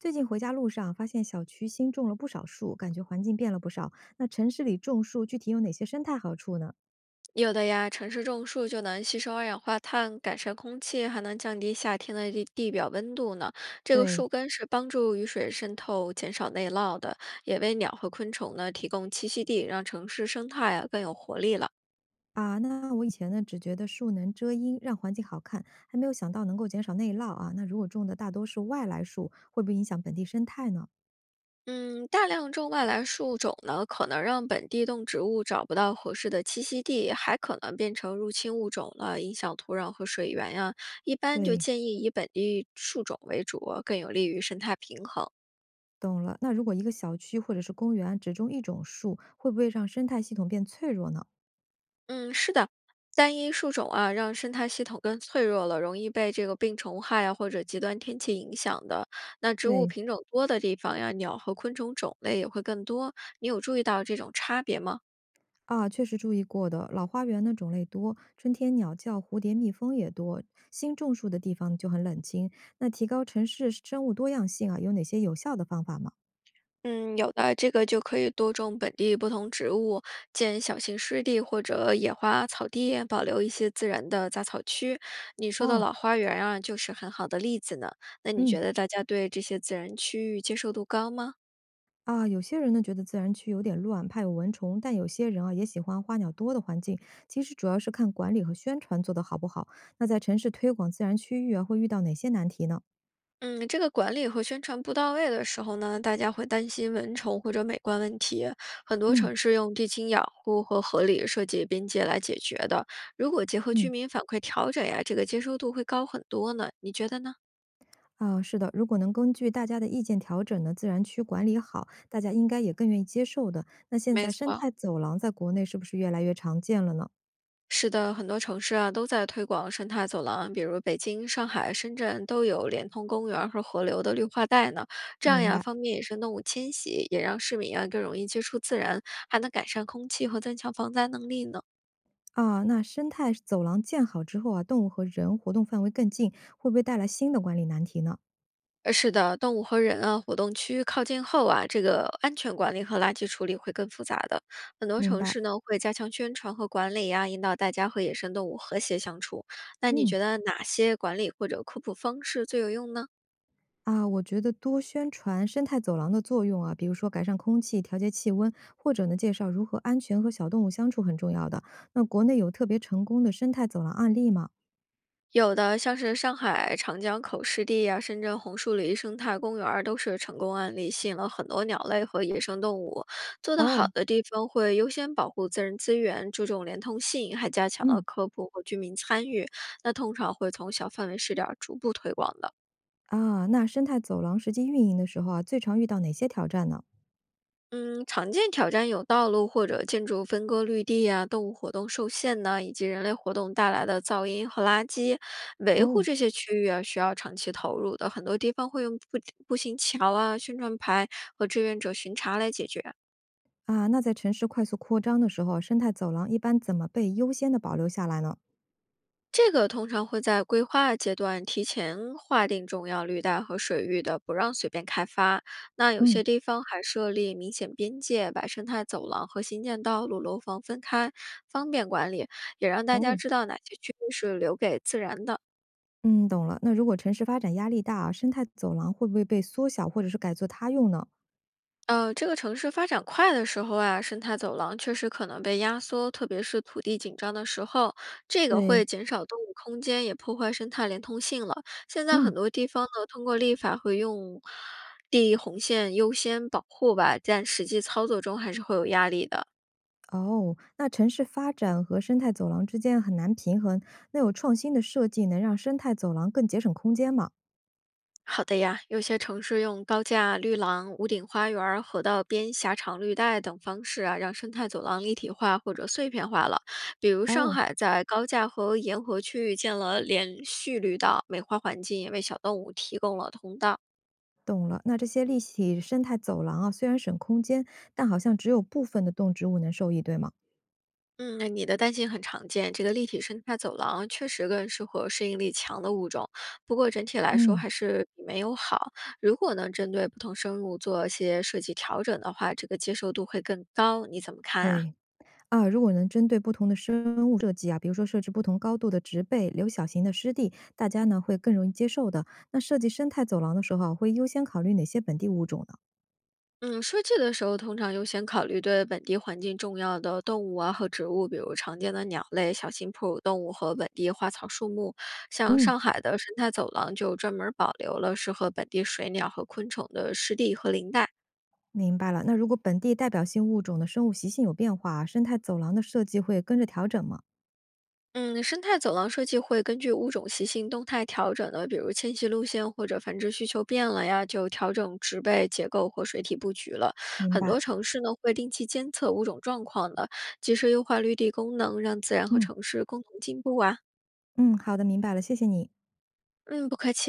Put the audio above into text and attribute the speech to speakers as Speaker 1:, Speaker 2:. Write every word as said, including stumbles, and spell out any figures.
Speaker 1: 最近回家路上发现小区新种了不少树，感觉环境变了不少。那城市里种树具体有哪些生态好处呢？
Speaker 2: 有的呀，城市种树就能吸收二氧化碳，改善空气，还能降低夏天的地地表温度呢。这个
Speaker 1: 对。
Speaker 2: 树根是帮助雨水渗透，减少内涝的，也为鸟和昆虫呢提供栖息地，让城市生态啊更有活力了。
Speaker 1: 啊，那我以前呢只觉得树能遮阴，让环境好看，还没有想到能够减少内涝啊。那如果种的大多是外来树，会不会影响本地生态呢？
Speaker 2: 嗯，大量种外来树种呢，可能让本地动植物找不到合适的栖息地，还可能变成入侵物种了，影响土壤和水源呀。一般就
Speaker 1: 对，
Speaker 2: 建议以本地树种为主，更有利于生态平衡。
Speaker 1: 懂了。那如果一个小区或者是公园只种一种树，会不会让生态系统变脆弱呢？
Speaker 2: 嗯，是的，单一树种啊，让生态系统更脆弱了，容易被这个病虫害啊或者极端天气影响的。那植物
Speaker 1: 对。
Speaker 2: 品种多的地方呀，鸟和昆虫种类也会更多。你有注意到这种差别吗？
Speaker 1: 啊，确实注意过的。老花园呢种类多，春天鸟叫、蝴蝶、蜜蜂也多。新种树的地方就很冷清。那提高城市生物多样性啊，有哪些有效的方法吗？
Speaker 2: 嗯，有的，呃这个就可以多种本地不同植物，建小型湿地或者野花草地，保留一些自然的杂草区。你说的
Speaker 1: 哦。
Speaker 2: 老花园啊，就是很好的例子呢。那你
Speaker 1: 嗯。
Speaker 2: 觉得大家对这些自然区域接受度高吗？
Speaker 1: 啊，有些人呢觉得自然区有点乱，怕有蚊虫，但有些人啊也喜欢花鸟多的环境。其实主要是看管理和宣传做得好不好。那在城市推广自然区域啊，会遇到哪些难题呢？
Speaker 2: 嗯，这个管理和宣传不到位的时候呢，大家会担心蚊虫或者美观问题。很多
Speaker 1: 嗯。
Speaker 2: 城市用地清养护和合理设计边界来解决的。如果结合居
Speaker 1: 嗯。
Speaker 2: 民反馈调整呀，这个接受度会高很多呢。你觉得呢？
Speaker 1: 啊，是的，如果能根据大家的意见调整呢，自然区管理好，大家应该也更愿意接受的。那现
Speaker 2: 没
Speaker 1: 在生
Speaker 2: 错，
Speaker 1: 态走廊在国内是不是越来越常见了呢？
Speaker 2: 是的，很多城市啊都在推广生态走廊，比如北京、上海、深圳都有连通公园儿和河流的绿化带呢。这样
Speaker 1: 明
Speaker 2: 呀，
Speaker 1: 白。
Speaker 2: 方便野生动物迁徙，也让市民啊更容易接触自然，还能改善空气和增强防灾能力呢。
Speaker 1: 啊，那生态走廊建好之后啊，动物和人活动范围更近，会不会带来新的管理难题呢？
Speaker 2: 呃，是的，动物和人啊，活动区域靠近后啊，这个安全管理和垃圾处理会更复杂的。很多
Speaker 1: 明
Speaker 2: 城
Speaker 1: 白。
Speaker 2: 市呢会加强宣传和管理呀，引导大家和野生动物和谐相处。那你
Speaker 1: 嗯。
Speaker 2: 觉得哪些管理或者科普方式最有用呢？
Speaker 1: 啊，我觉得多宣传生态走廊的作用啊，比如说改善空气、调节气温，或者呢介绍如何安全和小动物相处很重要的。那国内有特别成功的生态走廊案例吗？
Speaker 2: 有的像是上海长江口湿地呀、深圳红树林生态公园儿都是成功案例，吸引了很多鸟类和野生动物。做得好
Speaker 1: 哦。
Speaker 2: 的地方会优先保护自然资源，注重连通性，还加强了
Speaker 1: 嗯。
Speaker 2: 科普和居民参与。那通常会从小范围试点儿逐步推广的。
Speaker 1: 啊，那生态走廊实际运营的时候啊，最常遇到哪些挑战呢？
Speaker 2: 嗯，常见挑战有道路或者建筑分割绿地啊，动物活动受限呢，以及人类活动带来的噪音和垃圾。维护
Speaker 1: 哦。
Speaker 2: 这些区域啊，需要长期投入的。很多地方会用步步行桥啊、宣传牌和志愿者巡查来解决。
Speaker 1: 啊，那在城市快速扩张的时候，生态走廊一般怎么被优先的保留下来呢？
Speaker 2: 这个通常会在规划阶段提前划定重要绿带和水域的，不让随便开发。那有
Speaker 1: 嗯。
Speaker 2: 些地方还设立明显边界，把生态走廊和新建道路、楼房分开，方便管理，也让大家
Speaker 1: 哦，
Speaker 2: 知道哪些区域是留给自然的。
Speaker 1: 嗯，懂了。那如果城市发展压力大啊，生态走廊会不会被缩小或者是改作他用呢？
Speaker 2: 呃，这个城市发展快的时候啊，生态走廊确实可能被压缩，特别是土地紧张的时候，这个
Speaker 1: 对。
Speaker 2: 会减少动物空间，也破坏生态连通性了。现在很
Speaker 1: 嗯。
Speaker 2: 多地方呢，通过立法会用地红线优先保护吧，但实际操作中还是会有压力的。
Speaker 1: 哦，那城市发展和生态走廊之间很难平衡。那有创新的设计能让生态走廊更节省空间吗？
Speaker 2: 好的呀，有些城市用高架、绿廊、屋顶花园儿、河道边狭长绿带等方式啊，让生态走廊立体化或者碎片化了。比如上
Speaker 1: 哦。
Speaker 2: 海在高架和沿河区域建了连续绿道，美化环境，也为小动物提供了通道。
Speaker 1: 懂了，那这些立体生态走廊啊，虽然省空间，但好像只有部分的动植物能受益，对吗？
Speaker 2: 嗯，那你的担心很常见，这个立体生态走廊确实更适合适应力强的物种。不过整体来说
Speaker 1: 嗯。
Speaker 2: 还是比没有好。如果能针对不同生物做一些设计调整的话，这个接受度会更高。你怎么看啊？
Speaker 1: 对，啊，如果能针对不同的生物设计啊，比如说设置不同高度的植被，留小型的湿地，大家呢会更容易接受的。那设计生态走廊的时候啊会优先考虑哪些本地物种呢？
Speaker 2: 嗯，设计的时候通常优先考虑对本地环境重要的动物啊和植物，比如常见的鸟类、小型哺乳动物和本地花草树木。像
Speaker 1: 嗯，
Speaker 2: 上海的生态走廊就专门保留了适合本地水鸟和昆虫的湿地和林带。
Speaker 1: 明白了。那如果本地代表性物种的生物习性有变化啊生态走廊的设计会跟着调整吗？
Speaker 2: 嗯，生态走廊设计会根据物种习性动态调整的，比如迁徙路线或者繁殖需求变了呀，就调整植被结构或水体布局了。
Speaker 1: 明
Speaker 2: 很
Speaker 1: 白。
Speaker 2: 多城市呢会定期监测物种状况的，及时优化绿地功能，让自然和
Speaker 1: 嗯
Speaker 2: 城市共同进步啊。
Speaker 1: 嗯，好的，明白了，谢谢你。
Speaker 2: 嗯，不客气。